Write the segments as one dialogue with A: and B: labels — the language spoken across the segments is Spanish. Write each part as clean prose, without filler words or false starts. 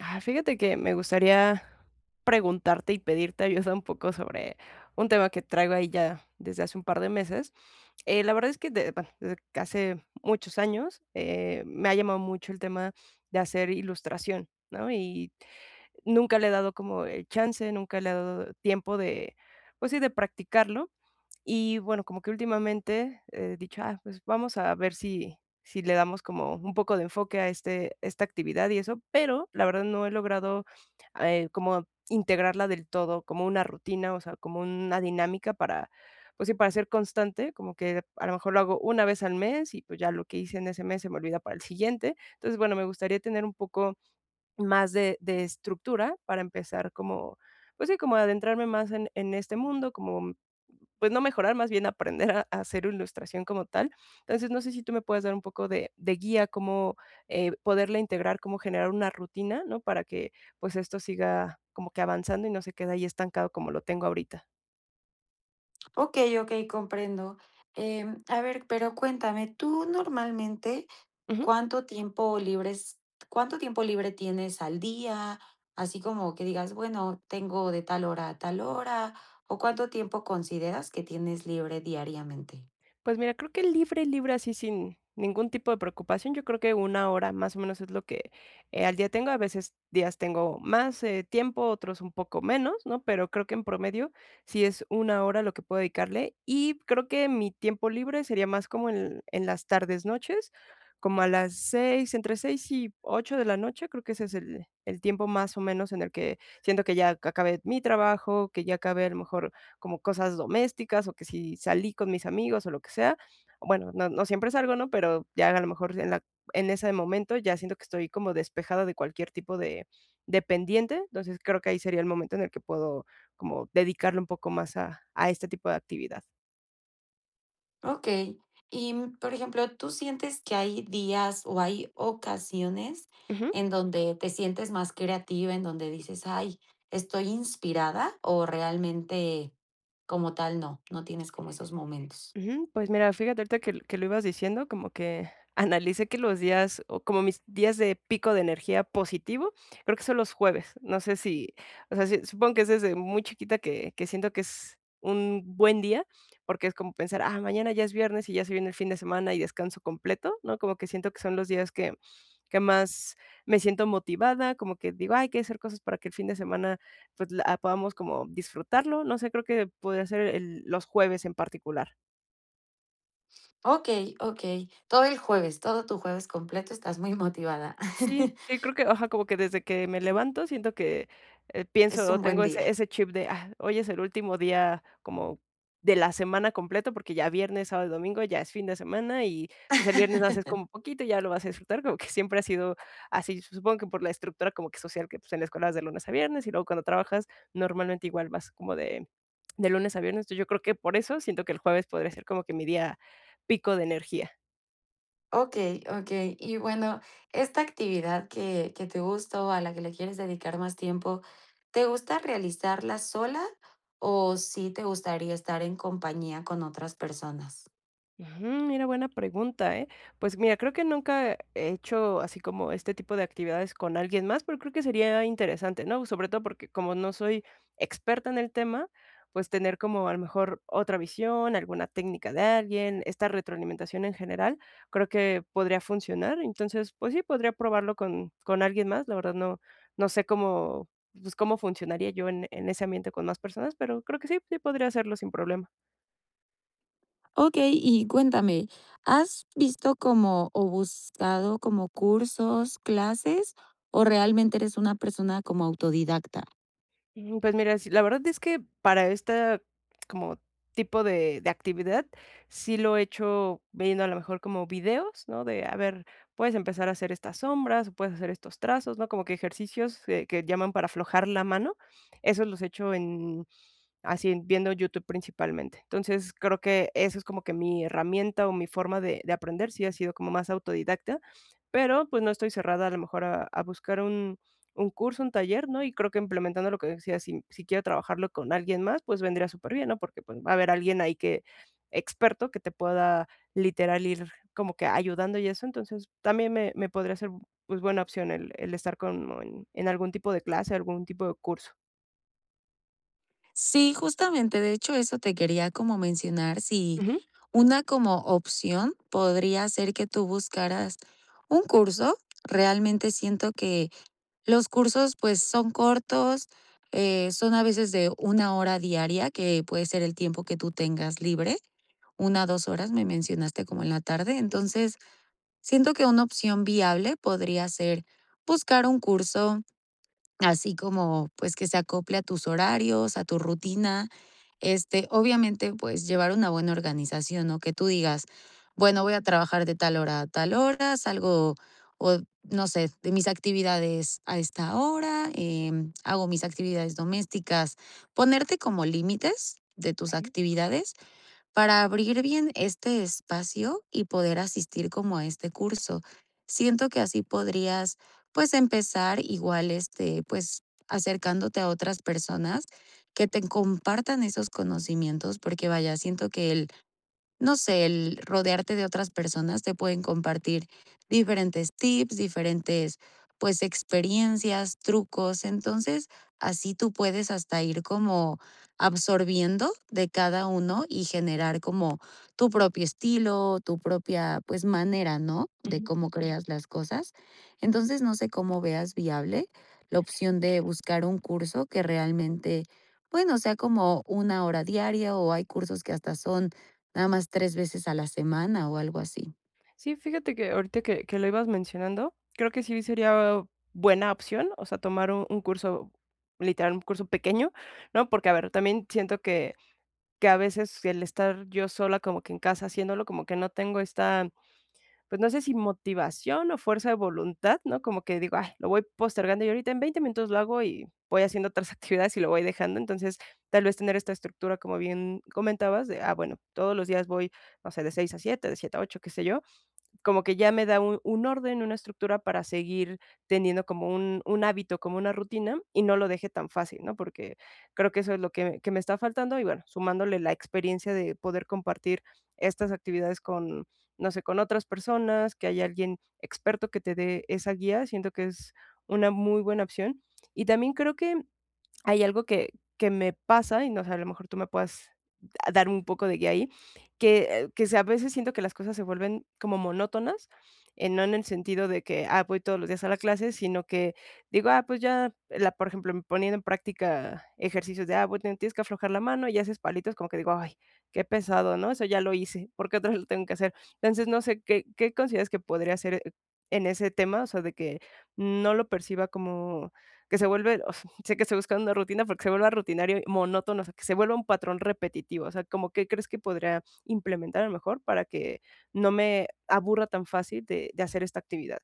A: Ah, fíjate que me gustaría preguntarte y pedirte ayuda un poco sobre un tema que traigo ahí ya desde hace un par de meses. La verdad es que bueno, desde que hace muchos años me ha llamado mucho el tema de hacer ilustración, ¿no? Y nunca le he dado como el chance, nunca le he dado tiempo de, pues sí, de practicarlo. Y bueno, como que últimamente he dicho: "Ah, pues vamos a ver si le damos como un poco de enfoque a esta actividad y eso", pero la verdad no he logrado, como integrarla del todo, como una rutina, o sea, como una dinámica para, pues sí, para ser constante, como que a lo mejor lo hago una vez al mes y, pues, ya lo que hice en ese mes se me olvida para el siguiente. Entonces, bueno, me gustaría tener un poco más de estructura para empezar como, pues sí, como adentrarme más en este mundo, como, pues no mejorar, más bien aprender a hacer ilustración como tal. Entonces, no sé si tú me puedes dar un poco de guía, cómo, poderla integrar, cómo generar una rutina, ¿no? Para que, pues, esto siga como que avanzando y no se quede ahí estancado como lo tengo ahorita.
B: Okey, okey, comprendo. A ver, pero cuéntame, tú normalmente,
A: Ujú.
B: ¿cuánto tiempo libres ¿cuánto tiempo libre tienes al día? Así como que digas, bueno, tengo de tal hora a tal hora, ¿o cuánto tiempo consideras que tienes libre diariamente?
A: Pues mira, creo que libre, libre, así sin ningún tipo de preocupación, yo creo que una hora más o menos es lo que al día tengo. A veces días tengo más tiempo, otros un poco menos, ¿no? Pero creo que en promedio sí es una hora lo que puedo dedicarle. Y creo que mi tiempo libre sería más como en las tardes, noches, como a las 6, entre 6 y 8 de la noche. Creo que ese es el tiempo más o menos en el que siento que ya acabé mi trabajo, que ya acabé a lo mejor como cosas domésticas o que si salí con mis amigos o lo que sea, bueno, no siempre salgo, ¿no? Pero ya a lo mejor en ese momento ya siento que estoy como despejada de cualquier tipo de pendiente, entonces creo que ahí sería el momento en el que puedo como dedicarle un poco más a este tipo de actividad.
B: Okey. Y, por ejemplo, ¿tú sientes que hay días o hay ocasiones
A: Ujú.
B: en donde te sientes más creativa, en donde dices: "Ay, estoy inspirada", o realmente como tal no tienes como esos momentos?
A: Ujú, pues mira, fíjate ahorita que lo ibas diciendo, como que analicé que los días, o como mis días de pico de energía positivo, creo que son los jueves. No sé si, o sea, sí, supongo que es desde muy chiquita que siento que es un buen día, porque es como pensar: "Ah, mañana ya es viernes y ya se viene el fin de semana y descanso completo", ¿no? Como que siento que son los días que más me siento motivada, como que digo: "Ay, hay que hacer cosas para que el fin de semana, pues, la podamos como disfrutarlo". No sé, creo que podría ser el los jueves en particular.
B: Okey, okey. Todo el jueves, todo tu jueves completo estás muy motivada.
A: Sí, sí, creo que, ajá, como que desde que me levanto siento que, pienso
B: Es un
A: o
B: buen
A: tengo
B: día.
A: ese chip de: "Ah, hoy es el último día como de la semana completo", porque ya viernes, sábado y domingo ya es fin de semana y, pues, el viernes haces como poquito y ya lo vas a disfrutar, como que siempre ha sido así, supongo que por la estructura como que social que, pues, en la escuela vas de lunes a viernes y luego cuando trabajas normalmente igual vas como de lunes a viernes, entonces yo creo que por eso siento que el jueves podría ser como que mi día pico de energía.
B: Okey, okey. Y bueno, esta actividad que te gusta o a la que le quieres dedicar más tiempo, ¿te gusta realizarla sola o sí te gustaría estar en compañía con otras personas?
A: Ujú, mira, buena pregunta, ¿eh? Pues mira, creo que nunca he hecho así como este tipo de actividades con alguien más, pero creo que sería interesante, ¿no? Sobre todo porque como no soy experta en el tema, pues tener como a lo mejor otra visión, alguna técnica de alguien, esta retroalimentación en general, creo que podría funcionar. Entonces, pues sí, podría probarlo con alguien más. La verdad no sé cómo, pues cómo funcionaría yo en ese ambiente con más personas, pero creo que sí, sí podría hacerlo sin problema.
B: Ok, y cuéntame, ¿has visto como o buscado como cursos, clases o realmente eres una persona como autodidacta?
A: Pues mira, sí, la verdad es que para esta como tipo de actividad, sí lo he hecho viendo a lo mejor como videos, ¿no? De, a ver, puedes empezar a hacer estas sombras, o puedes hacer estos trazos, ¿no? Como que ejercicios, que llaman para aflojar la mano. Esos los he hecho en así, viendo YouTube principalmente. Entonces, creo que eso es como que mi herramienta o mi forma de aprender, sí ha sido como más autodidacta, pero, pues, no estoy cerrada a lo mejor a buscar un curso, un taller, ¿no? Y creo que implementando lo que decía si quiero trabajarlo con alguien más, pues, vendría súper bien, ¿no? Porque, pues, va a haber alguien ahí que experto que te pueda literal ir como que ayudando y eso. Entonces, también me podría ser, pues, buena opción el estar con en algún tipo de clase, algún tipo de curso.
B: Sí, justamente, de hecho, eso te quería como mencionar, si
A: Ujú.
B: una como opción podría ser que tú buscaras un curso. Realmente siento que los cursos, pues, son cortos, son a veces de una hora diaria, que puede ser el tiempo que tú tengas libre, una 2 horas, me mencionaste como en la tarde. Entonces, siento que una opción viable podría ser buscar un curso así como, pues, que se acople a tus horarios, a tu rutina. Este, obviamente, pues, llevar una buena organización, ¿no? Que tú digas: "Bueno, voy a trabajar de tal hora a tal hora, salgo o no sé, de mis actividades a esta hora, hago mis actividades domésticas". Ponerte como límites de tus
A: Okey.
B: actividades para abrir bien este espacio y poder asistir como a este curso. Siento que así podrías, pues, empezar igual, este, pues, acercándote a otras personas que te compartan esos conocimientos, porque vaya, siento que el no sé, el rodearte de otras personas te pueden compartir diferentes tips, diferentes, pues, experiencias, trucos. Entonces, así tú puedes hasta ir como absorbiendo de cada uno y generar como tu propio estilo, tu propia, pues, manera, ¿no?, de
A: Ujú.
B: cómo creas las cosas. Entonces, no sé cómo veas viable la opción de buscar un curso que realmente, bueno, sea como una hora diaria, o hay cursos que hasta son nada más 3 veces a la semana o algo así.
A: Sí, fíjate que ahorita que lo ibas mencionando, creo que sí sería buena opción, o sea, tomar un curso, literal, un curso pequeño, ¿no? Porque, a ver, también siento que a veces el estar yo sola como que en casa haciéndolo, como que no tengo esta, pues no sé si motivación o fuerza de voluntad, ¿no? Como que digo, ay, lo voy postergando y ahorita en 20 minutos lo hago y voy haciendo otras actividades y lo voy dejando. Entonces, tal vez tener esta estructura, como bien comentabas, de, ah, bueno, todos los días voy, no sé, de 6 a 7, de 7 a 8, qué sé yo, como que ya me da un orden, una estructura para seguir teniendo como un hábito, como una rutina, y no lo deje tan fácil, ¿no? Porque creo que eso es lo que me está faltando, y bueno, sumándole la experiencia de poder compartir estas actividades con, no sé, con otras personas, que haya alguien experto que te dé esa guía, siento que es una muy buena opción. Y también creo que hay algo que me pasa, y no sé, a lo mejor tú me puedas da dar un poco de guía ahí, que sí, a veces siento que las cosas se vuelven como monótonas, no en el sentido de que, ah, voy todos los días a la clase, sino que digo: "Ah, pues ya", la por ejemplo, poniendo en práctica ejercicios de, ah, bueno, tienes que aflojar la mano y haces palitos, como que digo: "Ay, qué pesado", ¿no? Eso ya lo hice, ¿por qué otra vez lo tengo que hacer? Entonces, no sé, ¿qué consideras que podría hacer, en ese tema? O sea, de que no lo perciba como que se vuelve, o sé que estoy buscando una rutina porque se vuelva rutinario, monótono, o sea, que se vuelva un patrón repetitivo, o sea, ¿como qué crees que podría implementar a lo mejor para que no me aburra tan fácil de hacer esta actividad?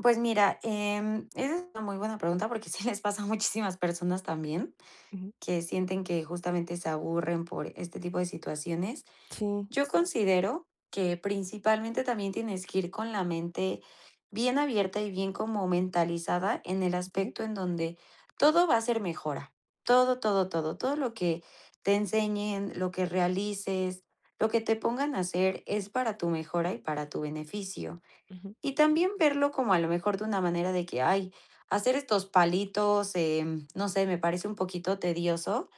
B: Pues mira, esa es una muy buena pregunta porque sí les pasa a muchísimas personas también,
A: Ujú.
B: que sienten que justamente se aburren por este tipo de situaciones.
A: Sí.
B: Yo considero que principalmente también tienes que ir con la mente bien abierta y bien como mentalizada en el
A: ¿Ok?
B: aspecto en donde todo va a ser mejora. Todo, todo, todo, todo lo que te enseñen, lo que realices, lo que te pongan a hacer es para tu mejora y para tu beneficio.
A: Ujú.
B: Y también verlo como a lo mejor de una manera de que, ay, hacer estos palitos, no sé, me parece un poquito tedioso.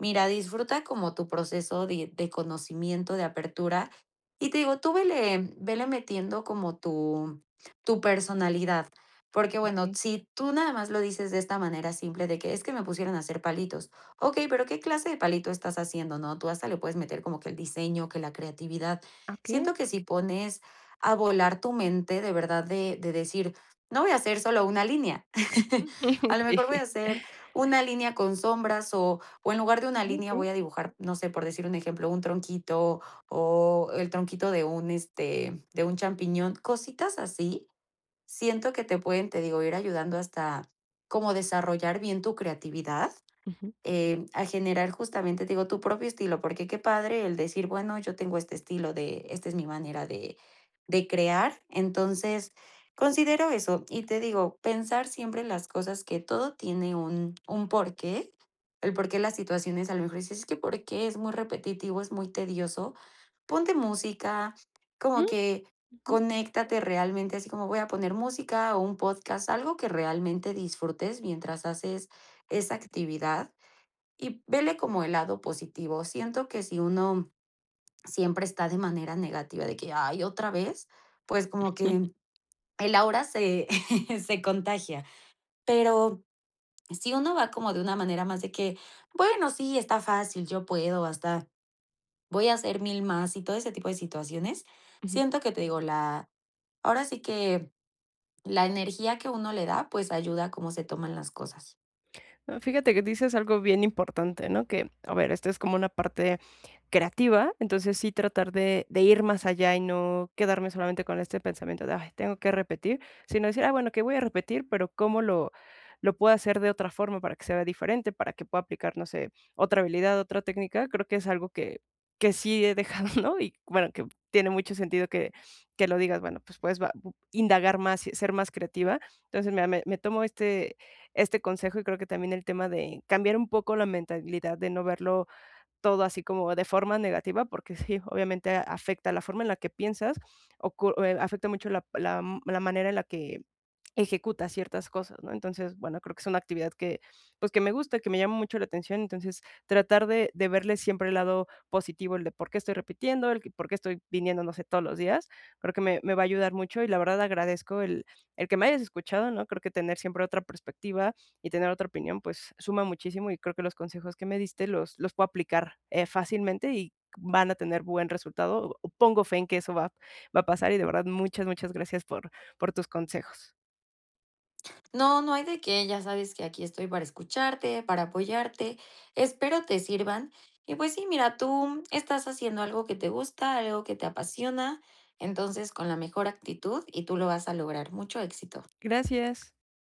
B: Mira, disfruta como tu proceso de conocimiento, de apertura. Y te digo, tú vele metiendo como tu personalidad. Porque
A: ¿Ok?
B: bueno, si tú nada más lo dices de esta manera simple de que es que me pusieron a hacer palitos. Ok, pero ¿qué clase de palito estás haciendo? No, tú hasta le puedes meter como que el diseño, que la creatividad.
A: ¿Ok?
B: Siento que si pones a volar tu mente de verdad de decir, no voy a hacer solo una línea. A lo mejor voy a
A: Sí.
B: hacer una línea con sombras o en lugar de una
A: Ah,
B: línea voy a dibujar, no sé, por decir un ejemplo, un tronquito o el tronquito de un, este, de un champiñón, cositas así, siento que te pueden, te digo, ir ayudando hasta como desarrollar bien tu creatividad
A: ujú.
B: a generar justamente, te digo, tu propio estilo, porque qué padre el decir, bueno, yo tengo este estilo de, esta es mi manera de crear. Entonces, considero eso y te digo, pensar siempre las cosas que todo tiene un porqué, el porqué las situaciones, a lo mejor dices, es que porque es muy repetitivo, es muy tedioso, ponte música, como
A: Mm.
B: que
A: Ujú.
B: conéctate realmente, así como voy a poner música o un podcast, algo que realmente disfrutes mientras haces esa actividad y vele como el lado positivo. Siento que si uno siempre está de manera negativa, de que, ay, otra vez, pues como que el aura se, se contagia. Pero si uno va como de una manera más de que, bueno, sí, está fácil, yo puedo, hasta voy a hacer mil más y todo ese tipo de situaciones,
A: Ujú.
B: siento que te digo, la, ahora sí que la energía que uno le da, pues ayuda a cómo se toman las cosas.
A: Ah, fíjate que dices algo bien importante, ¿no? Que, a ver, esta es como una parte creativa, entonces sí tratar de ir más allá y no quedarme solamente con este pensamiento de, ay, tengo que repetir, sino decir, ah, bueno, que voy a repetir, pero ¿cómo lo puedo hacer de otra forma para que sea diferente, para que pueda aplicar, no sé, otra habilidad, otra técnica? Creo que es algo que sí he dejado, ¿no? Y bueno, que tiene mucho sentido que lo digas, bueno, pues puedes indagar más, y ser más creativa. Entonces, mira, me tomo este consejo, y creo que también el tema de cambiar un poco la mentalidad de no verlo todo así como de forma negativa, porque sí, obviamente afecta la forma en la que piensas, afecta mucho la manera en la que ejecutas ciertas cosas, ¿no? Entonces, bueno, creo que es una actividad que, pues, que me gusta, que me llama mucho la atención, entonces tratar de verle siempre el lado positivo, el de por qué estoy repitiendo, por qué estoy viniendo, no sé, todos los días, creo que me va a ayudar mucho y la verdad agradezco el que me hayas escuchado, ¿no? Creo que tener siempre otra perspectiva y tener otra opinión, pues suma muchísimo y creo que los consejos que me diste los puedo aplicar, fácilmente y van a tener buen resultado. Pongo fe en que eso va a pasar y de verdad muchas, muchas gracias por tus consejos.
B: No, no hay de qué, ya sabes que aquí estoy para escucharte, para apoyarte, espero te sirvan. Y pues sí, mira, tú estás haciendo algo que te gusta, algo que te apasiona, entonces con la mejor actitud y tú lo vas a lograr. Mucho éxito.
A: Gracias.